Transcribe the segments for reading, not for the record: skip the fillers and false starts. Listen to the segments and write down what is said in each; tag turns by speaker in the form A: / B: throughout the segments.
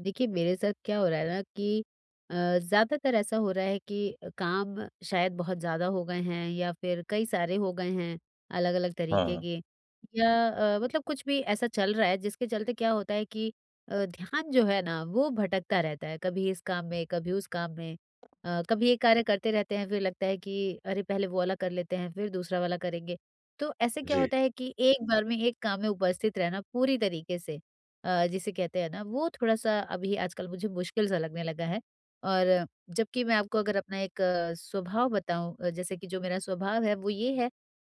A: देखिए, मेरे साथ क्या हो रहा है ना कि ज़्यादातर ऐसा हो रहा है कि काम शायद बहुत ज़्यादा हो गए हैं या फिर कई सारे हो गए हैं अलग-अलग तरीके
B: हाँ,
A: के, या मतलब कुछ भी ऐसा चल रहा है जिसके चलते क्या होता है कि ध्यान जो है ना वो भटकता रहता है। कभी इस काम में, कभी उस काम में। कभी ये कार्य करते रहते हैं, फिर लगता है कि अरे पहले वो वाला कर लेते हैं, फिर दूसरा वाला करेंगे। तो ऐसे क्या
B: जी,
A: होता है कि एक बार में एक काम में उपस्थित रहना पूरी तरीके से जिसे कहते हैं ना, वो थोड़ा-सा अभी आजकल मुझे मुश्किल सा लगने लगा है। और जबकि मैं आपको अगर अपना एक स्वभाव बताऊँ, जैसे कि जो मेरा स्वभाव है वो ये है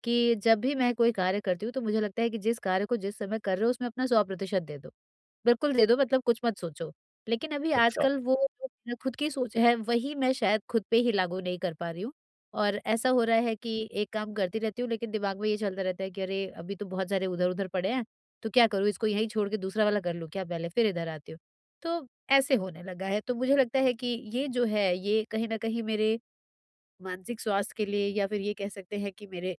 A: कि जब भी मैं कोई कार्य करती हूँ तो मुझे लगता है कि जिस कार्य को जिस समय कर रहे हो उसमें अपना 100% दे दो। बिल्कुल दे दो, मतलब कुछ मत सोचो। लेकिन अभी
B: अच्छा।
A: आजकल वो जो मेरा खुद की सोच है वही मैं शायद खुद पे ही लागू नहीं कर पा रही हूँ। और ऐसा हो रहा है कि एक काम करती रहती हूँ लेकिन दिमाग में ये चलता रहता है कि अरे! अभी तो बहुत सारे उधर-उधर पड़े हैं, तो क्या करूँ, इसको यहीं छोड़ के दूसरा वाला कर लूँ क्या पहले? फिर इधर आती हूँ। तो ऐसे होने लगा है। तो मुझे लगता है कि ये जो है ये कहीं न कहीं मेरे मानसिक स्वास्थ्य के लिए, या फिर ये कह सकते हैं कि मेरे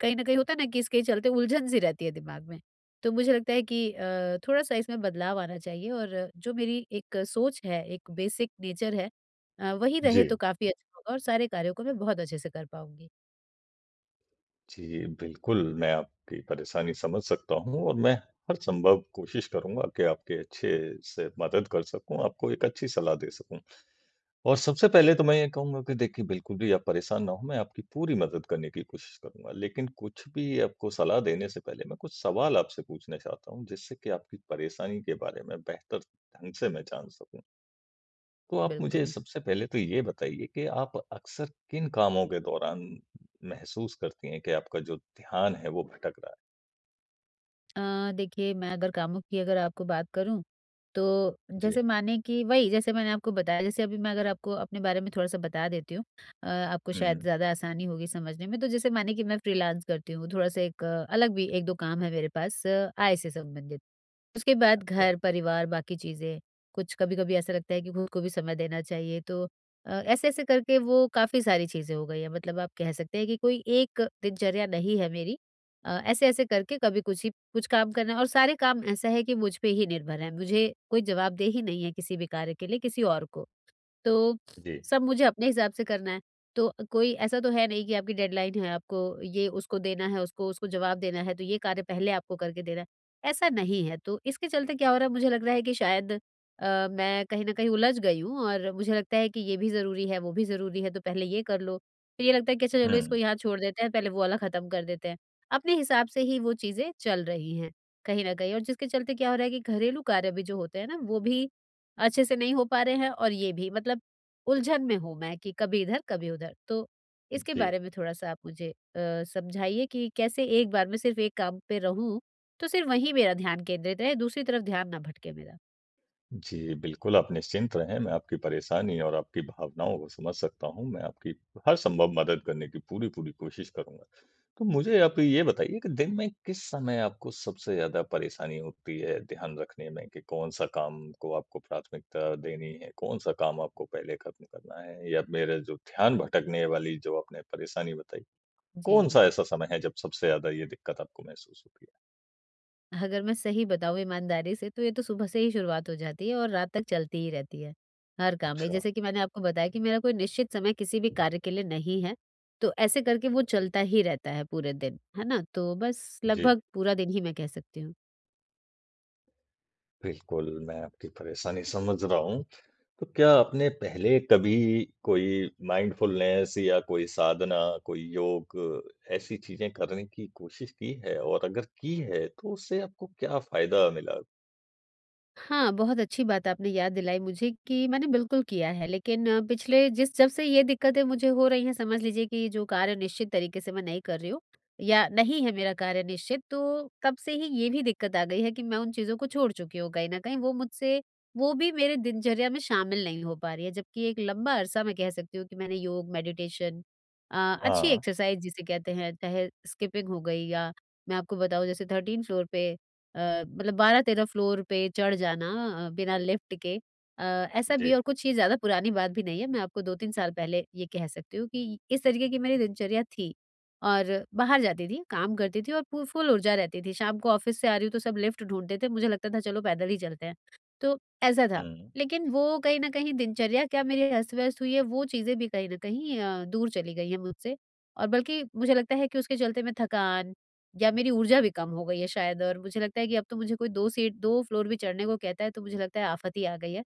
A: कहीं न कहीं होता है ना कि इसके चलते उलझन सी रहती है दिमाग में। तो मुझे लगता है कि थोड़ा-सा इसमें बदलाव आना चाहिए और जो मेरी एक सोच है, एक बेसिक नेचर है, वही रहे
B: जी,
A: तो काफ़ी अच्छा होगा और सारे कार्यों को मैं बहुत अच्छे से कर पाऊँगी।
B: जी, बिल्कुल मैं आपकी परेशानी समझ सकता हूँ और मैं हर संभव कोशिश करूँगा कि आपके अच्छे से मदद कर सकूँ, आपको एक अच्छी सलाह दे सकूँ। और सबसे पहले तो मैं ये कहूँगा कि देखिए बिल्कुल भी आप परेशान ना हों, मैं आपकी पूरी मदद करने की कोशिश करूँगा। लेकिन कुछ भी आपको सलाह देने से पहले मैं कुछ सवाल आपसे पूछना चाहता हूँ, जिससे कि आपकी परेशानी के बारे में बेहतर ढंग से मैं जान सकूँ। तो आप मुझे
A: बिल्कुल।
B: सबसे पहले तो ये बताइए कि आप अक्सर किन कामों के दौरान महसूस करती हैं कि आपका जो ध्यान है वो भटक रहा
A: देखिए, मैं अगर कामों की अगर आपको बात करूं तो
B: जी। है?
A: जैसे माने कि वही जैसे मैंने आपको बताया, जैसे अभी मैं अगर आपको अपने बारे में थोड़ा सा बता देती हूँ आपको शायद
B: हुँ।
A: ज़्यादा आसानी होगी समझने में। तो जैसे माने कि मैं फ्रीलांस करती हूँ, थोड़ा सा एक अलग भी एक दो काम है मेरे पास, आय से संबंधित। उसके बाद
B: अच्छा,
A: घर परिवार बाकी चीजें, कुछ कभी कभी ऐसा लगता है कि खुद को भी समय देना चाहिए। तो ऐसे ऐसे करके वो काफी सारी चीजें हो गई है, मतलब आप कह सकते हैं कि कोई एक दिनचर्या नहीं है मेरी। ऐसे-ऐसे करके कभी कुछ ही कुछ काम करना है और सारे काम ऐसा है कि मुझ पे ही निर्भर है। मुझे कोई जवाबदेही नहीं है किसी भी कार्य के लिए किसी और को। तो
B: जी।
A: सब मुझे अपने हिसाब से करना है। तो कोई ऐसा तो है नहीं कि आपकी डेडलाइन है, आपको ये उसको देना है, उसको उसको जवाब देना है, तो ये कार्य पहले आपको करके देना है, ऐसा नहीं है। तो इसके चलते क्या हो रहा है, मुझे लग रहा है कि शायद मैं कहीं न कहीं उलझ गई हूँ और मुझे लगता है कि ये भी ज़रूरी है, वो भी ज़रूरी है, तो पहले ये कर लो। फिर ये लगता है कि अच्छा
B: हुँ।
A: चलो, इसको यहाँ छोड़ देते हैं, पहले वो वाला खत्म कर देते हैं। अपने हिसाब से ही वो चीज़ें चल रही हैं कहीं न कहीं, और जिसके चलते क्या हो रहा है कि घरेलू कार्य भी जो होते हैं ना, वो भी अच्छे से नहीं हो पा रहे हैं और ये भी, मतलब उलझन में हूँ मैं कि कभी इधर कभी उधर। तो इसके
B: जी।
A: बारे में थोड़ा-सा आप मुझे समझाइए कि कैसे एक बार में सिर्फ़ एक काम पे रहूँ, तो सिर्फ़ वहीं मेरा ध्यान केंद्रित रहे, दूसरी तरफ ध्यान ना भटके मेरा।
B: जी, बिल्कुल, आप निश्चिंत रहें, मैं आपकी परेशानी और आपकी भावनाओं को समझ सकता हूँ। मैं आपकी हर संभव मदद करने की पूरी-पूरी कोशिश करूँगा। तो मुझे आप ये बताइए कि दिन में किस समय आपको सबसे ज़्यादा परेशानी होती है ध्यान रखने में कि कौन-सा काम को आपको प्राथमिकता देनी है, कौन-सा काम आपको पहले खत्म करना है? या मेरा जो ध्यान भटकने वाली जो आपने परेशानी बताई,
A: जी।
B: कौन-सा ऐसा समय है जब सबसे ज़्यादा ये दिक्कत आपको महसूस होती है?
A: अगर मैं सही बताऊँ ईमानदारी से तो ये तो सुबह से ही शुरुआत हो जाती है और रात तक चलती ही रहती है, हर काम में।
B: अच्छा,
A: जैसे कि मैंने आपको बताया कि मेरा कोई निश्चित समय किसी भी कार्य के लिए नहीं है, तो ऐसे करके वो चलता ही रहता है पूरे दिन, है ना? तो बस
B: जी,
A: लगभग पूरा दिन ही मैं कह सकती हूँ।
B: बिल्कुल, मैं आपकी परेशानी समझ रहा हूँ। तो क्या आपने पहले कभी कोई माइंडफुलनेस या कोई साधना, कोई योग ऐसी चीज़ें करने की कोशिश की है? और अगर की है, तो उससे आपको क्या फ़ायदा मिला?
A: हाँ, बहुत अच्छी बात आपने याद दिलाई मुझे कि मैंने बिल्कुल किया है, लेकिन पिछले जिस जब से ये दिक्कतें मुझे हो रही हैं, समझ लीजिए कि जो कार्य निश्चित तरीके से मैं नहीं कर रही हूँ या नहीं है मेरा कार्य निश्चित, तो तब से ही ये भी दिक्कत आ गई है कि मैं उन चीज़ों को छोड़ चुकी हूँ कहीं न कहीं। वो मुझसे, वो भी मेरे दिनचर्या में शामिल नहीं हो पा रही है, जबकि एक लंबा अरसा मैं कह सकती हूँ कि मैंने योग, मेडिटेशन, अ, अच्छी
B: हाँ,
A: एक्सरसाइज़ जिसे कहते हैं, चाहे स्किपिंग हो गई या, मैं आपको बताऊँ, जैसे 13 फ्लोर पे मतलब 12-13 फ्लोर पे चढ़ जाना, बिना लिफ्ट के, अ, ऐसा
B: जी।
A: भी। और कुछ ये ज़्यादा पुरानी बात भी नहीं है। मैं आपको 2-3 साल पहले ये कह सकती हूँ कि इस तरीके की मेरी दिनचर्या थी और बाहर जाती थी, काम करती थी और फु फुल ऊर्जा रहती थी। शाम को ऑफ़िस से आ रही हूँ तो सब लिफ्ट ढूँढते थे, मुझे लगता था चलो पैदल ही चलते हैं, तो ऐसा था।
B: हुँ।
A: लेकिन वो, कहीं न कहीं दिनचर्या क्या मेरी अस्त-व्यस्त हुई है, वो चीज़ें भी कहीं न कहीं दूर चली गई हैं मुझसे। और बल्कि मुझे लगता है कि उसके चलते मैं थकान, या मेरी ऊर्जा भी कम हो गई है शायद, और मुझे लगता है कि अब तो मुझे कोई 2 सीट 2 फ्लोर भी चढ़ने को कहता है तो मुझे लगता है आफ़त ही आ गई है,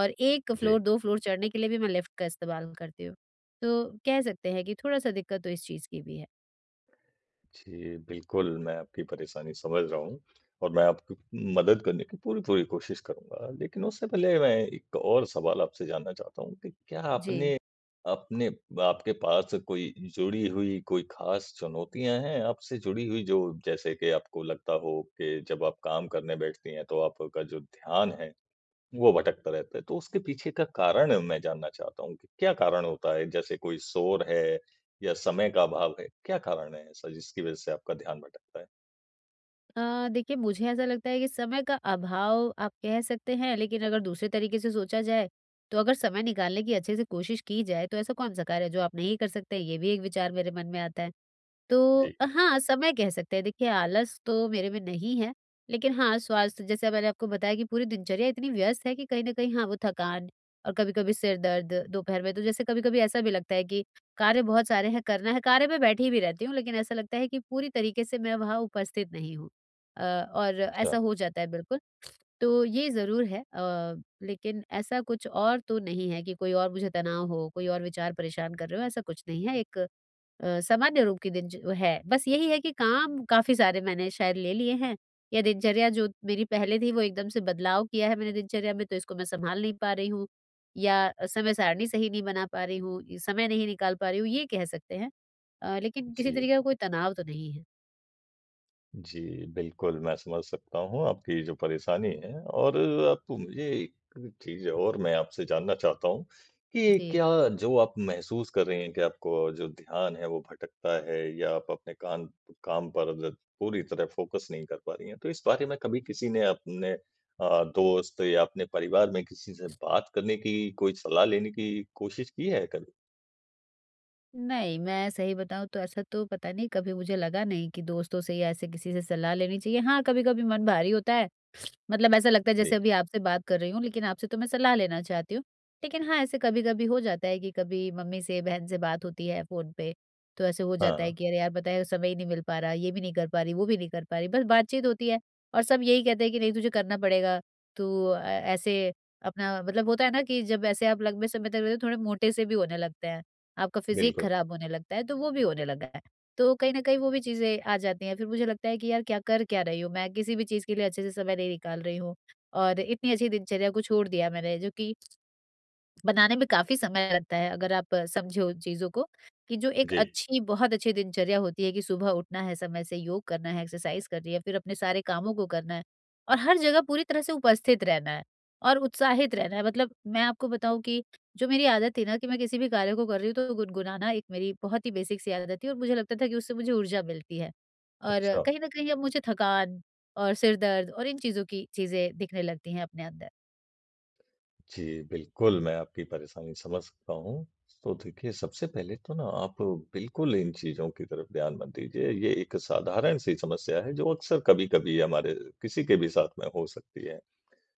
A: और 1
B: जी।
A: फ्लोर 2 फ्लोर चढ़ने के लिए भी मैं लिफ्ट का इस्तेमाल करती हूँ। तो कह सकते हैं कि थोड़ा-सा दिक्कत तो इस चीज़ की भी है।
B: जी, बिल्कुल, मैं आपकी परेशानी समझ रहा हूँ और मैं आपकी मदद करने की पूरी-पूरी कोशिश करूँगा। लेकिन उससे पहले मैं एक और सवाल आपसे जानना चाहता हूँ कि क्या
A: जी।
B: आपने अपने आपके पास कोई जुड़ी हुई कोई ख़ास चुनौतियाँ हैं आपसे जुड़ी हुई जो जैसे कि आपको लगता हो कि जब आप काम करने बैठती हैं, तो आपका जो ध्यान है वो भटकता रहता है, तो उसके पीछे का कारण मैं जानना चाहता हूँ कि क्या कारण होता है? जैसे कोई शोर है या समय का अभाव है, क्या कारण है ऐसा जिसकी वज़ह से आपका ध्यान भटकता है?
A: देखिए, मुझे ऐसा लगता है कि समय का अभाव आप कह सकते हैं, लेकिन अगर दूसरे तरीके से सोचा जाए तो अगर समय निकालने की अच्छे से कोशिश की जाए तो ऐसा कौन-सा कार्य है जो आप नहीं कर सकते? ये भी एक विचार मेरे मन में आता है। तो
B: जी,
A: हाँ, समय कह सकते हैं। देखिए, आलस तो मेरे में नहीं है, लेकिन हाँ, स्वास्थ्य, जैसे मैंने आपको बताया कि पूरी दिनचर्या इतनी व्यस्त है कि कहीं न कहीं हाँ, वो थकान और कभी-कभी सिर दर्द दोपहर में। तो जैसे कभी-कभी ऐसा भी लगता है कि कार्य बहुत सारे हैं, करना है। कार्य में बैठी भी रहती हूँ, लेकिन ऐसा लगता है कि पूरी तरीके से मैं वहाँ उपस्थित नहीं हूँ, अ, और
B: अच्छा,
A: ऐसा हो जाता है बिल्कुल। तो ये ज़रूर है, लेकिन ऐसा कुछ और तो नहीं है कि कोई और मुझे तनाव हो, कोई और विचार परेशान कर रहे हो, ऐसा कुछ नहीं है। एक सामान्य रूप की दिन ज है। बस यही है कि काम काफ़ी सारे मैंने शायद ले लिए हैं, या दिनचर्या जो मेरी पहले थी वो एकदम से बदलाव किया है मैंने दिनचर्या में, तो इसको मैं सँभाल नहीं पा रही हूँ, या समय सारणी सही नहीं बना पा रही हूँ, समय नहीं निकाल पा रही हूँ, ये कह सकते हैं। लेकिन किसी
B: जी।
A: तरीके का कोई तनाव तो नहीं है।
B: जी, बिल्कुल, मैं समझ सकता हूँ आपकी जो परेशानी है और आप मुझे एक चीज़ और मैं आपसे जानना चाहता हूँ कि
A: जी।
B: क्या जो आप महसूस कर रही हैं कि आपको जो ध्यान है वो भटकता है या आप अपने कान काम पर पूरी तरह फ़ोकस नहीं कर पा रही हैं, तो इस बारे में कभी किसी ने अपने दोस्त या अपने परिवार में किसी से बात करने की, कोई सलाह लेने की कोशिश की है कभी?
A: नहीं, मैं सही बताऊँ तो ऐसा तो पता नहीं, कभी मुझे लगा नहीं कि दोस्तों से या ऐसे किसी से सलाह लेनी चाहिए। हाँ, कभी-कभी मन भारी होता है, मतलब ऐसा लगता है, जैसे
B: जी,
A: अभी आपसे बात कर रही हूँ, लेकिन आपसे तो मैं सलाह लेना चाहती हूँ। लेकिन हाँ, ऐसे कभी-कभी हो जाता है कि कभी मम्मी से, बहन से बात होती है फ़ोन पे, तो ऐसे हो
B: हाँ,
A: जाता है
B: हाँ,
A: कि अरे यार! पता है, समय ही नहीं मिल पा रहा, ये भी नहीं कर पा रही, वो भी नहीं कर पा रही, बस बातचीत होती है और सब यही कहते हैं कि नहीं, तुझे करना पड़ेगा, तू ऐसे अपना, मतलब होता है ना कि जब ऐसे आप लंबे समय तक रहते हो थोड़े मोटे से भी होने लगते हैं। आपका फिज़ीक
B: बिल्कुल।
A: खराब होने लगता है, तो वो भी होने लगा है। तो कहीं न कहीं वो भी चीज़ें आ जाती हैं, फिर मुझे लगता है कि यार क्या कर क्या रही हूँ मैं? किसी भी चीज़ के लिए अच्छे से समय नहीं निकाल रही हूँ, और इतनी अच्छी दिनचर्या को छोड़ दिया मैंने, जो कि बनाने में काफ़ी समय लगता है अगर आप समझो चीज़ों को, कि जो एक
B: जी,
A: अच्छी, बहुत अच्छी दिनचर्या होती है कि सुबह उठना है, समय से योग करना है, एक्सरसाइज़ करनी है, फिर अपने सारे कामों को करना है और हर जगह पूरी तरह से उपस्थित रहना है और उत्साहित रहना है। मतलब मैं आपको बताऊँ कि जो मेरी आदत थी ना, कि मैं किसी भी कार्य को कर रही हूँ तो गुनगुनाना एक मेरी बहुत ही बेसिक सी आदत थी, और मुझे लगता था कि उससे मुझे ऊर्जा मिलती है। और
B: अच्छा।
A: कहीं न कहीं अब मुझे थकान और सिर दर्द और इन चीज़ों की चीज़ें दिखने लगती हैं अपने अंदर।
B: जी, बिल्कुल, मैं आपकी परेशानी समझ सकता हूँ। तो देखिए, सबसे पहले तो ना आप बिल्कुल इन चीज़ों की तरफ ध्यान मत दीजिए। ये एक साधारण-सी समस्या है जो अक्सर कभी-कभी हमारे किसी के भी साथ में हो सकती है।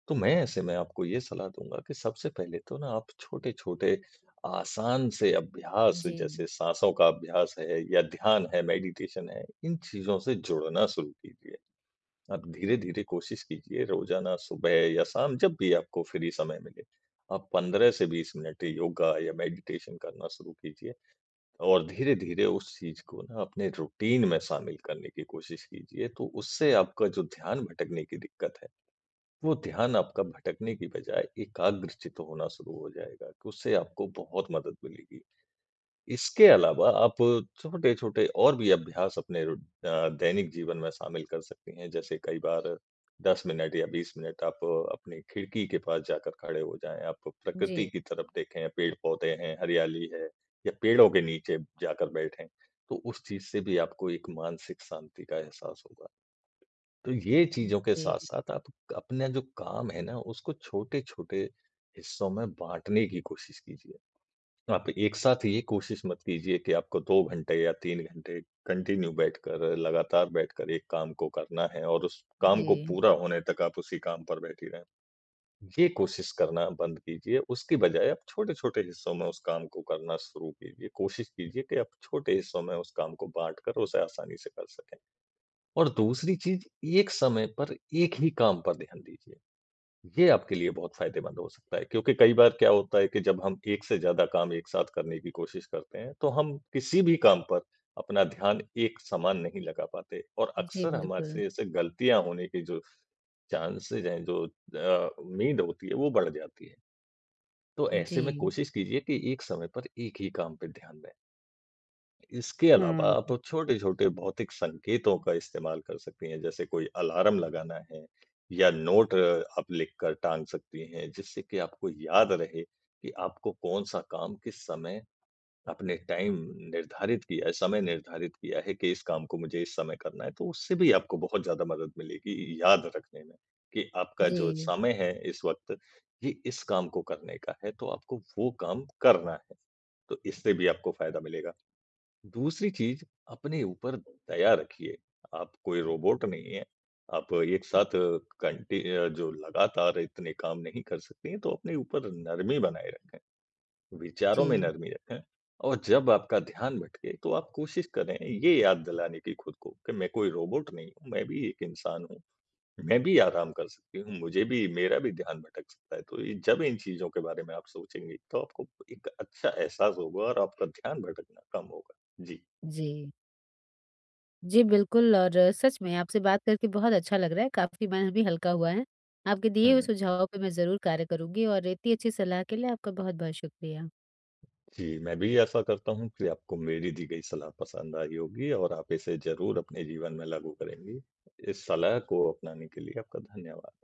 B: तो मैं ऐसे में आपको ये सलाह दूँगा कि सबसे पहले तो ना आप छोटे-छोटे आसान से अभ्यास
A: जी,
B: जैसे साँसों का अभ्यास है या ध्यान है, मेडिटेशन है, इन चीज़ों से जुड़ना शुरू कीजिए। आप धीरे-धीरे कोशिश कीजिए रोज़ाना सुबह या शाम जब भी आपको फ्री समय मिले, आप 15 से 20 मिनट योगा या मेडिटेशन करना शुरू कीजिए और धीरे-धीरे उस चीज़ को ना अपने रूटीन में शामिल करने की कोशिश कीजिए, तो उससे आपका जो ध्यान भटकने की दिक्कत है, वो ध्यान आपका भटकने की बजाय एकाग्रचित्त होना शुरू हो जाएगा, तो उससे आपको बहुत मदद मिलेगी। इसके अलावा आप छोटे-छोटे और भी अभ्यास अपने दैनिक जीवन में शामिल कर सकती हैं। जैसे कई बार 10 मिनट या 20 मिनट आप अपनी खिड़की के पास जाकर खड़े हो जाएँ, आप
A: जी,
B: प्रकृति की तरफ देखें, पेड़-पौधे हैं, हरियाली है या पेड़ों के नीचे जाकर बैठें, तो उस चीज़ से भी आपको एक मानसिक शांति का एहसास होगा। तो ये चीज़ों के
A: जी।
B: साथ-साथ आप अपना जो काम है ना, उसको छोटे-छोटे हिस्सों में बाँटने की कोशिश कीजिए। आप एक साथ ये कोशिश मत कीजिए कि आपको 2 घंटे या 3 घंटे कंटिन्यू बैठकर, लगातार बैठकर एक काम को करना है और उस काम को
A: जी,
B: पूरा होने तक आप उसी काम पर बैठी रहें। ये कोशिश करना बंद कीजिए, उसकी बजाय आप छोटे-छोटे हिस्सों में उस काम को करना शुरू कीजिए। कोशिश कीजिए कि आप छोटे हिस्सों में उस काम को बाँट कर उसे आसानी से कर सकें। और दूसरी चीज़, एक समय पर एक ही काम पर ध्यान दीजिए। ये आपके लिए बहुत फ़ायदेमंद हो सकता है, क्योंकि कई बार क्या होता है कि जब हम एक से ज़्यादा काम एक साथ करने की कोशिश करते हैं, तो हम किसी भी काम पर अपना ध्यान एक समान नहीं लगा पाते और
A: जी,
B: अक्सर
A: बिल्कुल।
B: हमारे से गलतियाँ होने के जो चांसेज़ हैं, जो उम्मीद होती है, वो बढ़ जाती है। तो
A: जी,
B: ऐसे में कोशिश कीजिए कि एक समय पर एक ही काम पे ध्यान दें। इसके अलावा आप
A: हाँ।
B: छोटे-छोटे भौतिक संकेतों का इस्तेमाल कर सकती हैं, जैसे कोई अलार्म लगाना है या नोट आप लिखकर टाँग सकती हैं, जिससे कि आपको याद रहे कि आपको कौन-सा काम किस समय आपने टाइम निर्धारित किया है, समय निर्धारित किया है कि इस काम को मुझे इस समय करना है। तो उससे भी आपको बहुत ज़्यादा मदद मिलेगी याद रखने में कि आपका जो
A: जी,
B: समय है इस वक़्त, ये इस काम को करने का है, तो आपको वो काम करना है। तो इससे भी आपको फ़ायदा मिलेगा। दूसरी चीज़, अपने ऊपर दया रखिए, आप कोई रोबोट नहीं हैं। आप एक साथ जो लगातार इतने काम नहीं कर सकती हैं, तो अपने ऊपर नरमी बनाए रखें, विचारों में
A: जी,
B: नरमी रखें और जब आपका ध्यान भटके, तो आप कोशिश करें ये याद दिलाने की खुद को कि मैं कोई रोबोट नहीं हूँ, मैं भी एक इंसान हूँ, मैं भी आराम कर सकती हूँ, मुझे भी मेरा भी ध्यान भटक सकता है। तो ये जब इन चीज़ों के बारे में आप सोचेंगी, तो आपको एक अच्छा एहसास होगा और आपका ध्यान भटकना कम होगा। जी।
A: जी। जी, बिल्कुल, और सच में आपसे बात करके बहुत अच्छा लग रहा है, काफ़ी मन भी हल्का हुआ है। आपके दिए हुए
B: हुँ।
A: सुझावों पे मैं ज़रूर कार्य करूँगी और इतनी अच्छी सलाह के लिए आपका बहुत-बहुत शुक्रिया।
B: जी, मैं भी ऐसा करता हूँ कि आपको मेरी दी गई सलाह पसंद आई होगी और आप इसे ज़रूर अपने जीवन में लागू करेंगी। इस सलाह को अपनाने के लिए आपका धन्यवाद।